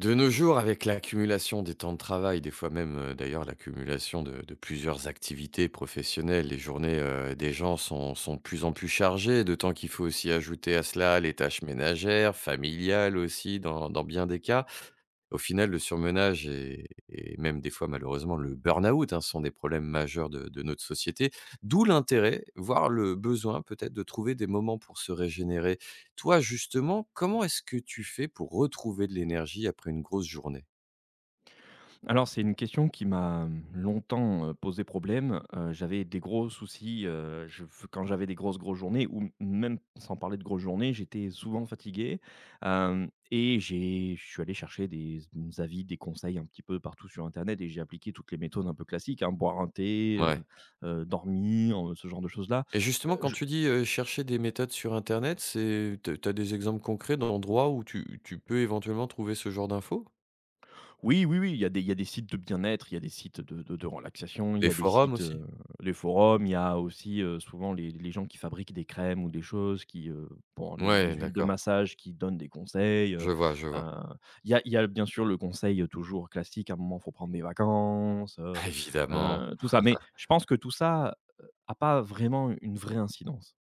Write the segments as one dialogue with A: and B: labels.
A: De nos jours, avec l'accumulation des temps de travail, des fois même, d'ailleurs l'accumulation de plusieurs activités professionnelles, les journées, des gens sont de plus en plus chargées, d'autant qu'il faut aussi ajouter à cela les tâches ménagères, familiales aussi dans bien des cas. Au final, le surmenage et même des fois malheureusement le burn-out, hein, sont des problèmes majeurs de notre société, d'où l'intérêt, voire le besoin peut-être de trouver des moments pour se régénérer. Toi justement, comment est-ce que tu fais pour retrouver de l'énergie après une grosse journée?
B: Alors c'est une question qui m'a, mmh, longtemps, posé problème. J'avais des gros soucis, je quand j'avais des grosses journées ou m même sans parler de grosses journées, j'étais souvent fatigué. Hem et j'ai Je suis allé chercher des avis, des conseils un petit peu partout sur internet et j'ai appliqué toutes les méthodes un peu classiques, hein, boire un thé,
A: Ouais,
B: dormir, ce genre de choses là.
A: et justement quand tu dis, chercher des méthodes sur internet, c'est tu as des exemples concrets d'endroits où tu peux éventuellement trouver ce genre d'infos?
B: Oui, oui, oui, il y a des sites de bien-être, il y a des sites de relaxation, il y
A: Des
B: a des
A: forums
B: sites,
A: aussi?
B: les forums, il y a aussi, souvent les gens qui fabriquent des crèmes ou des choses qui, bon, des
A: Ouais,
B: huiles de
A: d'accord,
B: massage qui donnent des conseils.
A: je vois, je
B: Heu,
A: vois.
B: il y a bien sûr le conseil, toujours classique, à un moment, il faut prendre des vacances,
A: Évidemment.
B: tout ça. Mais je pense que tout ça n'a pas vraiment une vraie incidence.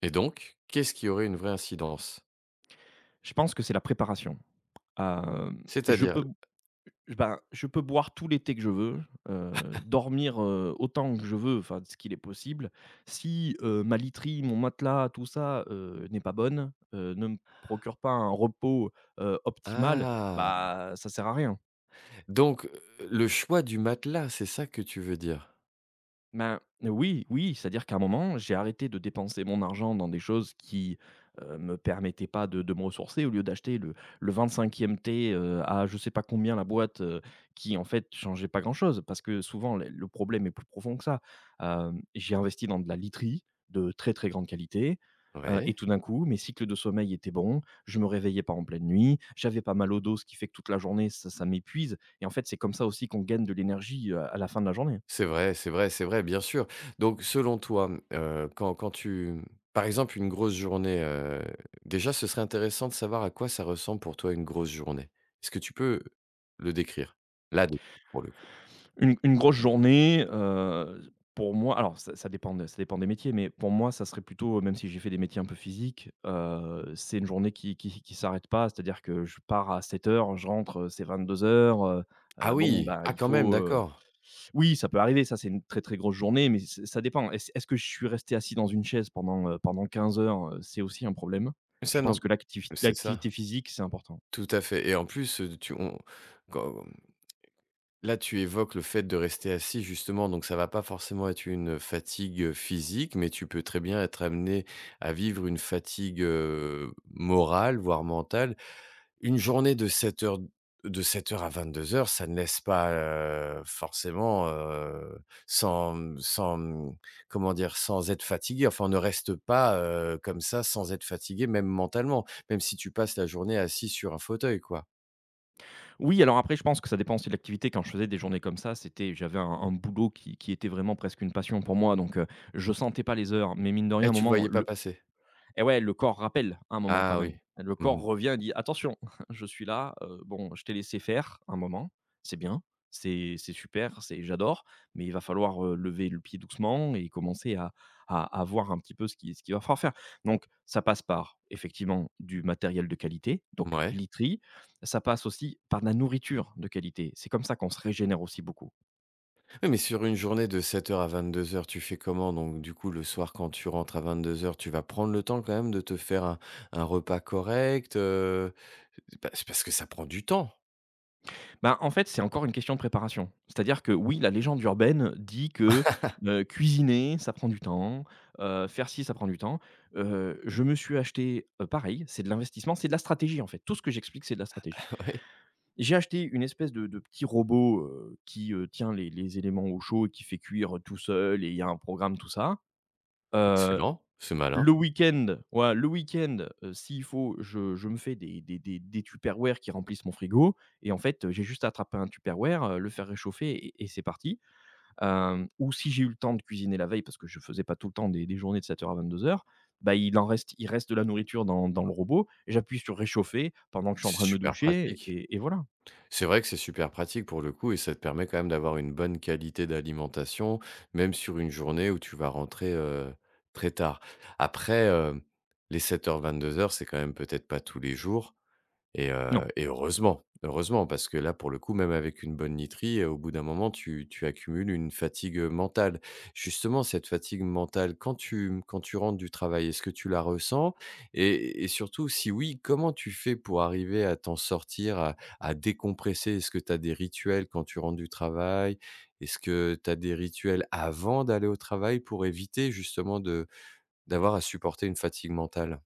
A: Et donc, qu'est-ce qui aurait une vraie incidence?
B: Je pense que c'est la préparation à, je
A: C'est-à-dire
B: peux je peux boire tout l'été que je veux, dormir, autant que je veux, enfin, ce qu'il est possible. Si, ma literie, mon matelas, tout ça, n'est pas bonne, ne me procure pas un repos, optimal,
A: ah!
B: bah, ça sert à rien.
A: Donc, le choix du matelas, c'est ça que tu veux dire?
B: Ben, oui, oui, c'est-à-dire qu'à un moment, j'ai arrêté de dépenser mon argent dans des choses qui, me permettaient pas de de me ressourcer. Au lieu d'acheter le vingt e thé, à je sais pas combien la boîte, qui en fait changeait pas grand-chose. Parce que souvent les le problème est plus profond que ça. J'ai investi dans de la literie de très, très grande qualité, et
A: Oui.
B: tout d'un coup, mes cycles de sommeil étaient bons, je me réveillais pas en pleine nuit, j'avais pas mal au dos, ce qui fait que toute la journée ça m'épuise et en fait, c'est comme ça aussi qu'on gagne de l'énergie, à la fin de la journée.
A: C'est vrai, c'est vrai, c'est vrai, bien sûr. Donc selon toi, mmh, quand quand tu, mmh, par exemple, une grosse journée, déjà, ce serait intéressant de savoir à quoi ça ressemble pour toi une grosse journée. Est-ce que tu peux le décrire? Là, pour le coup.
B: Une grosse journée, pour moi alors ça dépend des métiers, mais pour moi, ça serait plutôt, même si j'ai fait des métiers un peu physiques, c'est une journée qui s'arrête pas. C'est-à-dire que je pars à 7 heures, je rentre, c'est 22h.
A: Ah
B: Bon,
A: oui!
B: bah,
A: Ah
B: il
A: quand même,
B: faut,
A: d'accord.
B: oui, ça peut arriver, ça, c'est une très, très grosse journée, mais c'est ça dépend. Est-ce que je suis resté assis dans une chaise pendant, pendant 15 heures, c'est aussi un problème. Je
A: Ça
B: pense
A: non.
B: que
A: C'est
B: l'activité
A: ça,
B: physique, c'est important.
A: tout à fait et en plus, tu on quand. Là, tu évoques le fait de rester assis justement, donc ça va pas forcément être une fatigue, physique, mais tu peux très bien être amené à vivre une fatigue, morale, voire mentale. Une journée de 7 heures, de sept heures à vingt-deux heures, ça ne laisse pas, forcément, sans, mmh, sans, mmh, comment dire? Sans être fatigué. Enfin, on ne reste pas, comme ça sans être fatigué, même mentalement, même si tu passes la journée assis sur un fauteuil, quoi.
B: Oui, alors après, je pense que ça dépend aussi de l'activité. Quand je faisais des journées comme ça, c'était j'avais un boulot qui était vraiment presque une passion pour moi, donc je sentais pas les heures. Mais mine de rien, à
A: Et
B: un
A: tu le
B: moment,
A: voyais pas
B: le
A: passer?
B: et ouais, le corps rappelle à un moment quand
A: Ah
B: même.
A: oui.
B: Le
A: Mmh
B: corps
A: mh.
B: revient et dit: «Attention, je suis là, bon, je t'ai laissé faire un moment, c'est bien, c'est super, c'est j'adore, mais il va falloir, lever le pied doucement et commencer à voir un petit peu ce qu'il va falloir faire». Donc ça passe par effectivement du matériel de qualité, donc
A: Ouais.
B: literie, ça passe aussi par de la nourriture de qualité. C'est comme ça qu'on se régénère aussi beaucoup.
A: Oui, mais sur une journée de sept heures à vingt-deux heures, tu fais comment? Donc du coup, le soir, quand tu rentres à vingt-deux heures, tu vas prendre le temps quand même de te faire un repas correct, heu? Bah, c'est parce que ça prend du temps.
B: Bah, en fait, c'est encore une question de préparation. C'est-à-dire que oui, la légende urbaine dit que, cuisiner, ça prend du temps, faire ci, ça prend du temps. Je me suis acheté, pareil, c'est de l'investissement, c'est de la stratégie, en fait. Tout ce que j'explique, c'est de la stratégie.
A: Oui.
B: J'ai acheté une espèce de petit robot, qui, tient les éléments au chaud et qui fait cuire, tout seul et il y a un programme, tout ça. Heu
A: Excellent, c'est malin,
B: le week-end, ouais, le week-end, s'il faut, je me fais des Tupperware qui remplissent mon frigo et en fait, j'ai juste à attraper un Tupperware, le faire réchauffer et c'est parti. Ou si j'ai eu le temps de cuisiner la veille parce que je faisais pas tout le temps des journées de 7 heures à 22 heures, bah, il reste de la nourriture dans le robot. Et j'appuie sur réchauffer pendant que je suis en train
A: c'est
B: de me
A: super
B: doucher
A: pratique.
B: et voilà.
A: C'est vrai que c'est super pratique pour le coup et ça te permet quand même d'avoir une bonne qualité d'alimentation, même sur une journée où tu vas rentrer, très tard. Après, les 700 heures, c'est quand même peut-être pas tous les jours. Et
B: Non.
A: heureusement, heureusement parce que là, pour le coup, même avec une bonne nitrie, au bout d'un moment, tu accumules une fatigue, mentale. Justement, cette fatigue mentale, quand tu, mmh, quand tu rentres du travail, est-ce que tu la ressens? Et surtout, si oui, comment tu fais pour arriver à t'en sortir, à décompresser? Est-ce que tu as des rituels quand tu rentres du travail? Est-ce que tu as des rituels avant d'aller au travail pour éviter justement de d'avoir à supporter une fatigue mentale?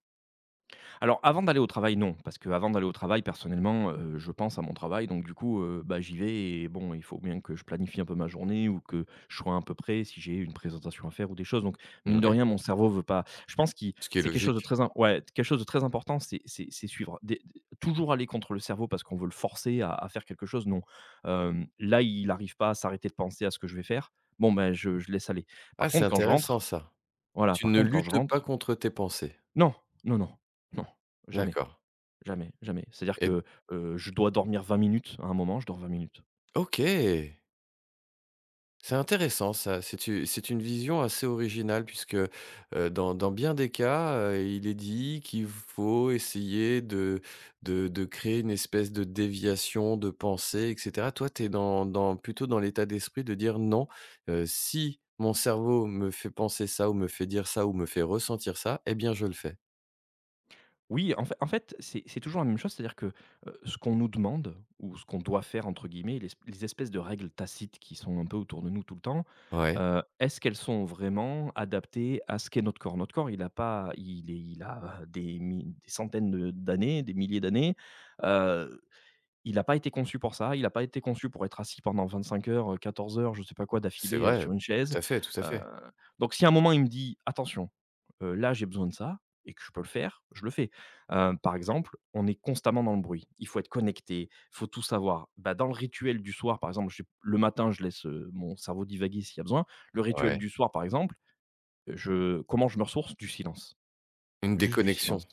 B: Alors avant d'aller au travail, non, parce que avant d'aller au travail, personnellement, je pense à mon travail, donc du coup, bah, j'y vais et bon, il faut bien que je planifie un peu ma journée ou que je sois un peu près si j'ai une présentation à faire ou des choses, donc mine de
A: Oui,
B: rien, mon cerveau veut pas, je pense qu'il
A: ce qui est
B: c'est quelque chose de
A: logique.
B: très im ouais, quelque chose de très important, c'est suivre des toujours aller contre le cerveau parce qu'on veut le forcer à faire quelque chose, non. Là, il arrive pas à s'arrêter de penser à ce que je vais faire, bon, ben, je laisse aller.
A: Ah,
B: Par
A: c'est
B: contre, quand je
A: intéressant
B: rentre
A: ça.
B: voilà,
A: Tu
B: par
A: ne
B: contre, quand je
A: luttes pas
B: rentre
A: contre tes pensées.
B: non, non, non, non, jamais.
A: D'accord.
B: Jamais, jamais. C'est-à-dire
A: Et
B: que, je dois dormir 20 minutes à un moment, je dors 20 minutes.
A: OK! C'est intéressant ça. C'est u c'est une vision assez originale puisque, dans dans bien des cas, il est dit qu'il faut essayer de créer une espèce de déviation de pensée et cetera. Toi, tu es dans dans plutôt dans l'état d'esprit de dire: «Non, si mon cerveau me fait penser ça ou me fait dire ça ou me fait ressentir ça, eh bien je le fais».
B: Oui, en fait, c'est toujours la même chose, c'est-à-dire que, ce qu'on nous demande ou ce qu'on doit faire entre guillemets, les espèces de règles tacites qui sont un peu autour de nous tout le temps,
A: Ouais,
B: est-ce qu'elles sont vraiment adaptées à ce qu'est notre corps? Notre corps, il a pas il est il a des centaines de d'années, des milliers d'années. Il n'a pas été conçu pour ça, il n'a pas été conçu pour être assis pendant 25 heures, 14 heures, je ne sais pas quoi
A: c'est
B: d'affilée,
A: vrai,
B: sur une chaise.
A: tout à fait, tout à
B: heu,
A: fait.
B: donc si à un moment il me dit: «Attention, là j'ai besoin de ça» et que je peux le faire, je le fais. Par exemple, on est constamment dans le bruit. Il faut être connecté, il faut tout savoir. Bah, dans le rituel du soir, par exemple, j'ai le matin, je laisse, mon cerveau divaguer s'il y a besoin. Le rituel
A: Ouais.
B: du soir, par exemple, je comment je me ressource? Du silence,
A: Une
B: juste du silence.
A: déconnexion.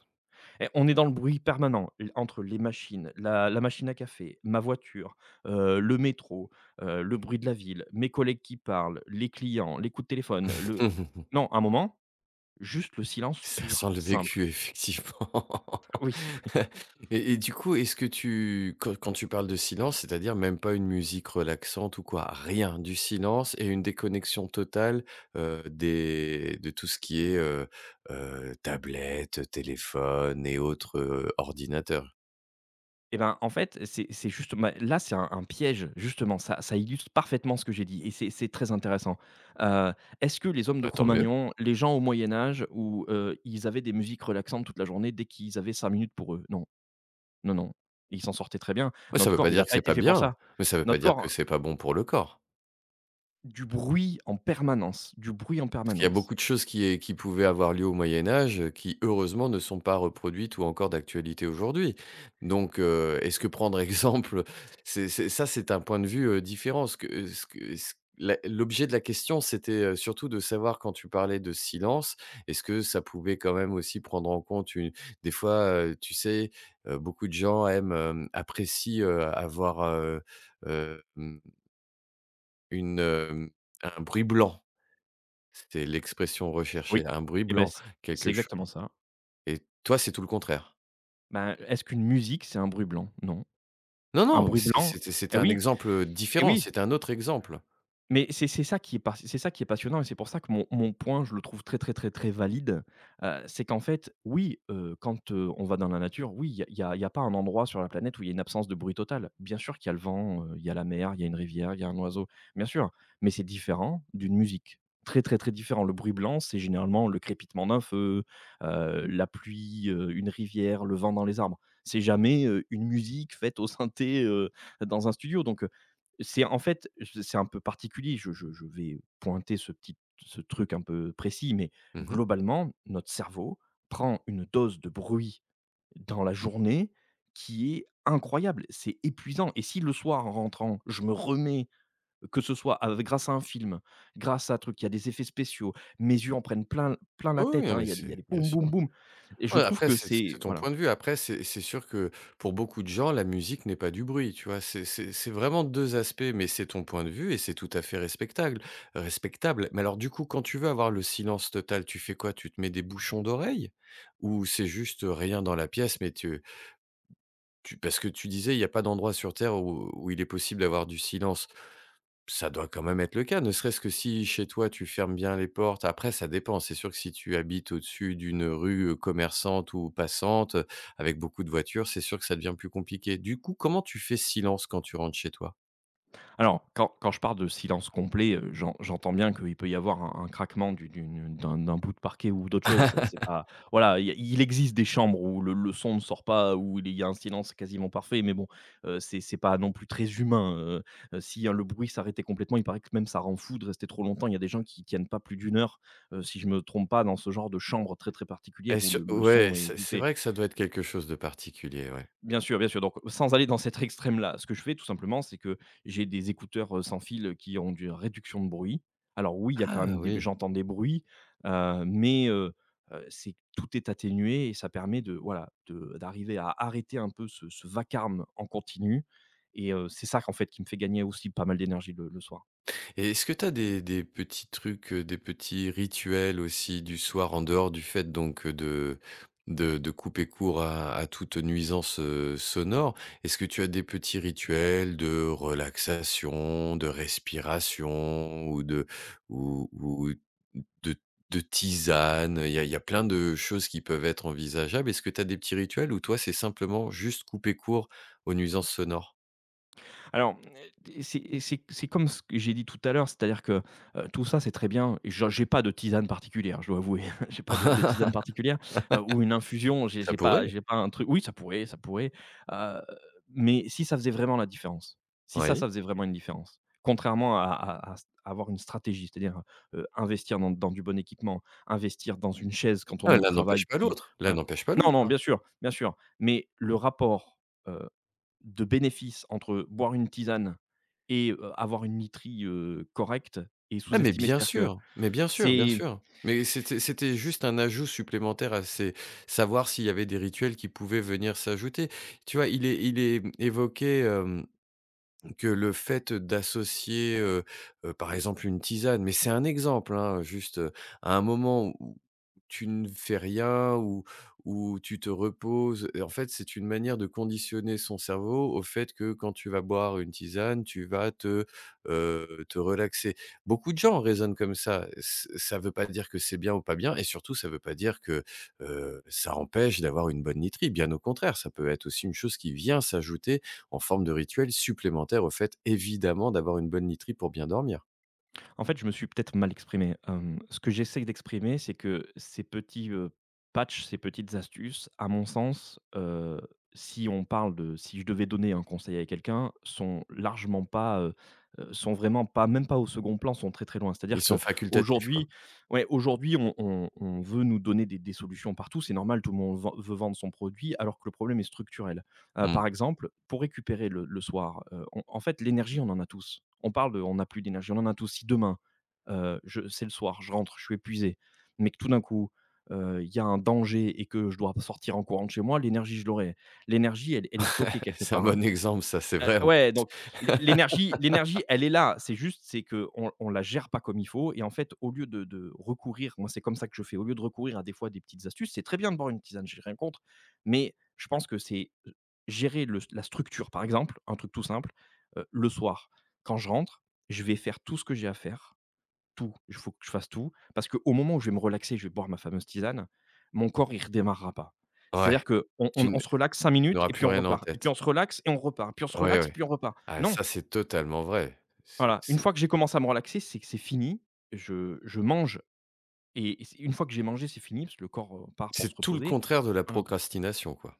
B: Eh, on est dans le bruit permanent, l entre les machines, la machine à café, ma voiture, le métro, le bruit de la ville, mes collègues qui parlent, les clients, les coups de téléphone, le non, un moment, juste le silence
A: Ça sent
B: pur,
A: le
B: simple.
A: vécu effectivement.
B: Oui, oui.
A: Et du coup, est-ce que tu quand quand tu parles de silence, c'est-à-dire même pas une musique relaxante ou quoi? Rien, du silence et une déconnexion totale, des de tout ce qui est, tablette, téléphone et autres, ordinateur.
B: Et ben, en fait, c'est juste bah, là, c'est un piège, justement, ça ça illustre parfaitement ce que j'ai dit et c'est très intéressant. Heu, est-ce que les hommes de
A: Bah, tant mieux.
B: Cro-Magnon, les gens au Moyen Âge où, ils avaient des musiques relaxantes toute la journée dès qu'ils avaient 5 minutes pour eux? Non. Non, non, il s'en sortait très bien.
A: Ouais, ça
B: Notre
A: veut
B: corps,
A: pas
B: il a
A: dire que
B: pas
A: c'est
B: été
A: pas
B: fait pour
A: bien,
B: ça.
A: mais ça veut pas
B: Notre
A: dire que
B: corps,
A: c'est pas bon pour le corps.
B: du bruit en permanence, du bruit en
A: Parce qu'il y a
B: permanence.
A: beaucoup de choses qui pouvaient avoir lieu au Moyen Âge, qui heureusement ne sont pas reproduites ou encore d'actualité aujourd'hui. Donc est-ce que prendre exemple, c'est ça c'est un point de vue, différent. Ce que ce que ce la l'objet de la question, c'était, surtout de savoir quand tu parlais de silence, est-ce que ça pouvait quand même aussi prendre en compte une des fois, tu sais, beaucoup de gens aiment, hem, apprécient, avoir, hem, une, hem, un bruit blanc. C'est l'expression recherchée,
B: Oui,
A: un bruit
B: et ben,
A: blanc,
B: c'est
A: quelque chose.
B: exactement ça.
A: Et toi, c'est tout le contraire.
B: Ben, est-ce qu'une musique, c'est un bruit blanc? Non.
A: Non,
B: Un
A: non, mais
B: bruit
A: c'est
B: blanc,
A: c'était
B: eh
A: c'était un
B: oui,
A: exemple,
B: eh
A: différent,
B: oui!
A: c'était un autre exemple.
B: Mais c'est ça qui est par c'est ça qui est passionnant et c'est pour ça que mon point, je le trouve très, très, très, très valide. C'est qu'en fait, oui, quand, on va dans la nature, oui, il y a y a pas un endroit sur la planète où il y a une absence de bruit total. Bien sûr qu'il y a le vent, il y a la mer, il y a une rivière, il y a un oiseau, bien sûr, mais c'est différent d'une musique. Très, très, très différent. Le bruit blanc, c'est généralement le crépitement d'un feu, la pluie, une rivière, le vent dans les arbres. C'est jamais, une musique faite au synthé, dans un studio donc, c'est en fait, c'est un peu particulier, je vais pointer ce truc un peu précis, mais
A: Mmh.
B: globalement, notre cerveau prend une dose de bruit dans la journée qui est incroyable. C'est épuisant et si le soir, en rentrant, je me remets, que ce soit av grâce à un film, grâce à un truc, il y a des effets spéciaux, mes yeux en prennent plein la
A: Oui, oui,
B: tête,
A: non,
B: hein,
A: mais
B: il y a
A: c'est
B: des
A: bien
B: boum boum
A: sûr.
B: boum et je
A: Ouais,
B: trouve
A: après,
B: que
A: c'est
B: c'est
A: ton
B: voilà.
A: point de vue. Après, c'est sûr que pour beaucoup de gens, la musique n'est pas du bruit, tu vois? C'est vraiment 2 aspects, mais c'est ton point de vue et c'est tout à fait respectable respectable. Mais alors, du coup, quand tu veux avoir le silence total, tu fais quoi? Tu te mets des bouchons d'oreilles? Ou c'est juste, rien dans la pièce, mais tu. Tu parce que tu disais: «Il n'y a pas d'endroit sur terre où où il est possible d'avoir du silence». Ça doit quand même être le cas, ne serait-ce que si chez toi tu fermes bien les portes. Après ça dépend, c'est sûr que si tu habites au-dessus d'une rue, commerçante ou passante, avec beaucoup de voitures, c'est sûr que ça devient plus compliqué. Du coup, comment tu fais silence quand tu rentres chez toi?
B: Alors, quand je parle de silence complet, j'entends bien qu'il peut y avoir un craquement du d'une d'un d'un bout de parquet ou d'autre chose. C'est pas voilà, il y a il existe des chambres où le son ne sort pas, où il y a un silence quasiment parfait, mais bon, c'est pas non plus très humain, si, hein, le bruit s'arrêtait complètement, il paraît que même ça rend fou de rester trop longtemps. Il y a des gens qui tiennent pas plus d'une heure, si je me trompe pas, dans ce genre de chambre très, très particulière
A: Et
B: où
A: sur
B: le
A: ouais,
B: son est
A: c'est
B: étouffé.
A: vrai que ça doit être quelque chose de particulier, ouais.
B: Bien sûr, bien sûr. Donc, sans aller dans cet extrême-là, ce que je fais tout simplement, c'est que j'ai des écouteurs, sans fil, qui ont une réduction de bruit. Alors oui, il y a quand
A: Ah
B: même des
A: oui!
B: j'entends des bruits, mais c'est tout est atténué et ça permet de voilà, de d'arriver à arrêter un peu ce vacarme en continu et c'est ça qu'en fait qui me fait gagner aussi pas mal d'énergie le soir.
A: Et est-ce que tu as des petits trucs, des petits rituels aussi du soir en dehors du fait donc, de couper court à toute nuisance, sonore? Est-ce que tu as des petits rituels de relaxation, de respiration ou de de tisane? Il y a plein de choses qui peuvent être envisageables. Est-ce que tu as des petits rituels ou toi, c'est simplement juste couper court aux nuisances sonores?
B: Alors, c'est comme ce que j'ai dit tout à l'heure, c'est-à-dire que, tout ça, c'est très bien et genre j'ai pas de tisane particulière, je dois avouer. J'ai pas de tisane particulière, ou une infusion, j'ai
A: Ça
B: j'ai pas
A: pourrait,
B: j'ai pas un truc oui, ça pourrait, heu, mais si ça faisait vraiment la différence, si ça, ça
A: oui.
B: faisait vraiment une différence, contrairement à s avoir une stratégie, c'est-à-dire, investir dans du bon équipement, investir dans une chaise quand on est
A: Ah,
B: au
A: l'un
B: travail
A: n'empêche pas
B: qui
A: l'autre, l'un
B: voilà.
A: n'empêche pas
B: Non,
A: l'autre,
B: non,
A: hein.
B: bien sûr, mais le rapport, euh, de bénéfice entre boire une tisane et avoir une literie, correcte est
A: Ah
B: sous-estimé. C'est-à-dire que
A: mais bien sûr, bien
B: c'est
A: sûr. Mais c'était c'était juste un ajout supplémentaire à ces savoir s'il y avait des rituels qui pouvaient venir s'ajouter. Tu vois, il est évoqué, hem que le fait d'associer, par exemple une tisane, mais c'est un exemple, hein, juste, à un moment où tu ne fais rien, ou où tu te reposes et en fait, c'est une manière de conditionner son cerveau au fait que quand tu vas boire une tisane, tu vas te, te relaxer. Beaucoup de gens raisonnent comme ça. Ç ça ne veut pas dire que c'est bien ou pas bien et surtout ça ne veut pas dire que, ça empêche d'avoir une bonne literie, bien au contraire, ça peut être aussi une chose qui vient s'ajouter en forme de rituel supplémentaire au fait, évidemment, d'avoir une bonne literie pour bien dormir.
B: en fait, je me suis peut-être mal exprimé. Ce que j'essaye d'exprimer, c'est que ces petits, patchs, ces petites astuces, à mon sens, si on parle de si je devais donner un conseil à quelqu'un, sont largement pas, sont vraiment pas même pas au second plan, sont très, très loin.
A: Ils
B: C'est-à-dire que
A: sont facultatifs, quoi.
B: aujourd'hui, ouais, aujourd'hui, on veut nous donner des solutions partout. C'est normal, tout le monde vend veut vendre son produit alors que le problème est structurel,
A: Mmh.
B: par exemple, pour récupérer le soir, on en fait, l'énergie, on en a tous. On parle de: «On n'a plus d'énergie», on en a tous. Si demain, je c'est le soir, je rentre, je suis épuisé, mais que tout d'un coup, il y a un danger et que je dois sortir en courant de chez moi, l'énergie, je l'aurai. L'énergie, elle est stockée quelque
A: C'est un
B: part, hein.
A: bon exemple ça, c'est vrai en
B: Ouais, donc l'énergie, elle est là. C'est juste, c'est qu'on la gère pas comme il faut et en fait, au lieu de recourir moi, c'est comme ça que je fais, au lieu de recourir à des fois des petites astuces, c'est très bien de boire une tisane, j'ai rien contre, mais je pense que c'est, gérer le la structure. Par exemple, un truc tout simple, le soir, quand je rentre, je vais faire tout ce que j'ai à faire tout, il faut que je fasse tout, parce qu'au moment où je vais me relaxer, je vais boire ma fameuse tisane, mon corps, il redémarrera pas.
A: ouais,
B: C'est-à-dire qu'on on
A: tu
B: on on
A: ne
B: se
A: tu
B: relaxe 5 minutes
A: n'auras
B: et puis
A: plus
B: on
A: rien en
B: repart et puis on
A: tête.
B: se relaxe et on repart, puis on se
A: Ouais,
B: relaxe,
A: ouais.
B: puis on repart.
A: Ah
B: Non,
A: ça, c'est totalement vrai.
B: voilà, une fois que j'ai commencé à me relaxer, c'est que c'est fini, je mange et c'est une fois que j'ai mangé, c'est fini parce que le corps, part pour se
A: C'est tout le
B: reposer.
A: contraire de la
B: Voilà.
A: procrastination, quoi.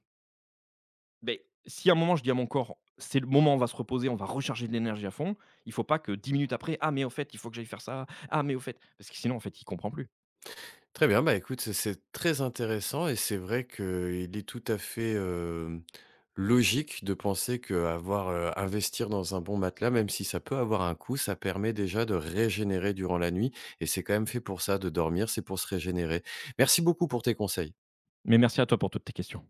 B: Ben si à un moment je dis à mon corps: «C'est le moment, on va se reposer, on va recharger de l'énergie à fond», il faut pas que 10 minutes après: «Ah mais au fait, il faut que j'aille faire ça. Ah mais au fait» parce que sinon en fait, il comprend plus.
A: Très bien, bah, écoute, c'est très intéressant et c'est vrai qu'il est tout à fait, hem, logique de penser qu'avoir, investir dans un bon matelas, même si ça peut avoir un coût, ça permet déjà de régénérer durant la nuit et c'est quand même fait pour ça, de dormir, c'est pour se régénérer. Merci beaucoup pour tes conseils.
B: Mais merci à toi pour toutes tes questions.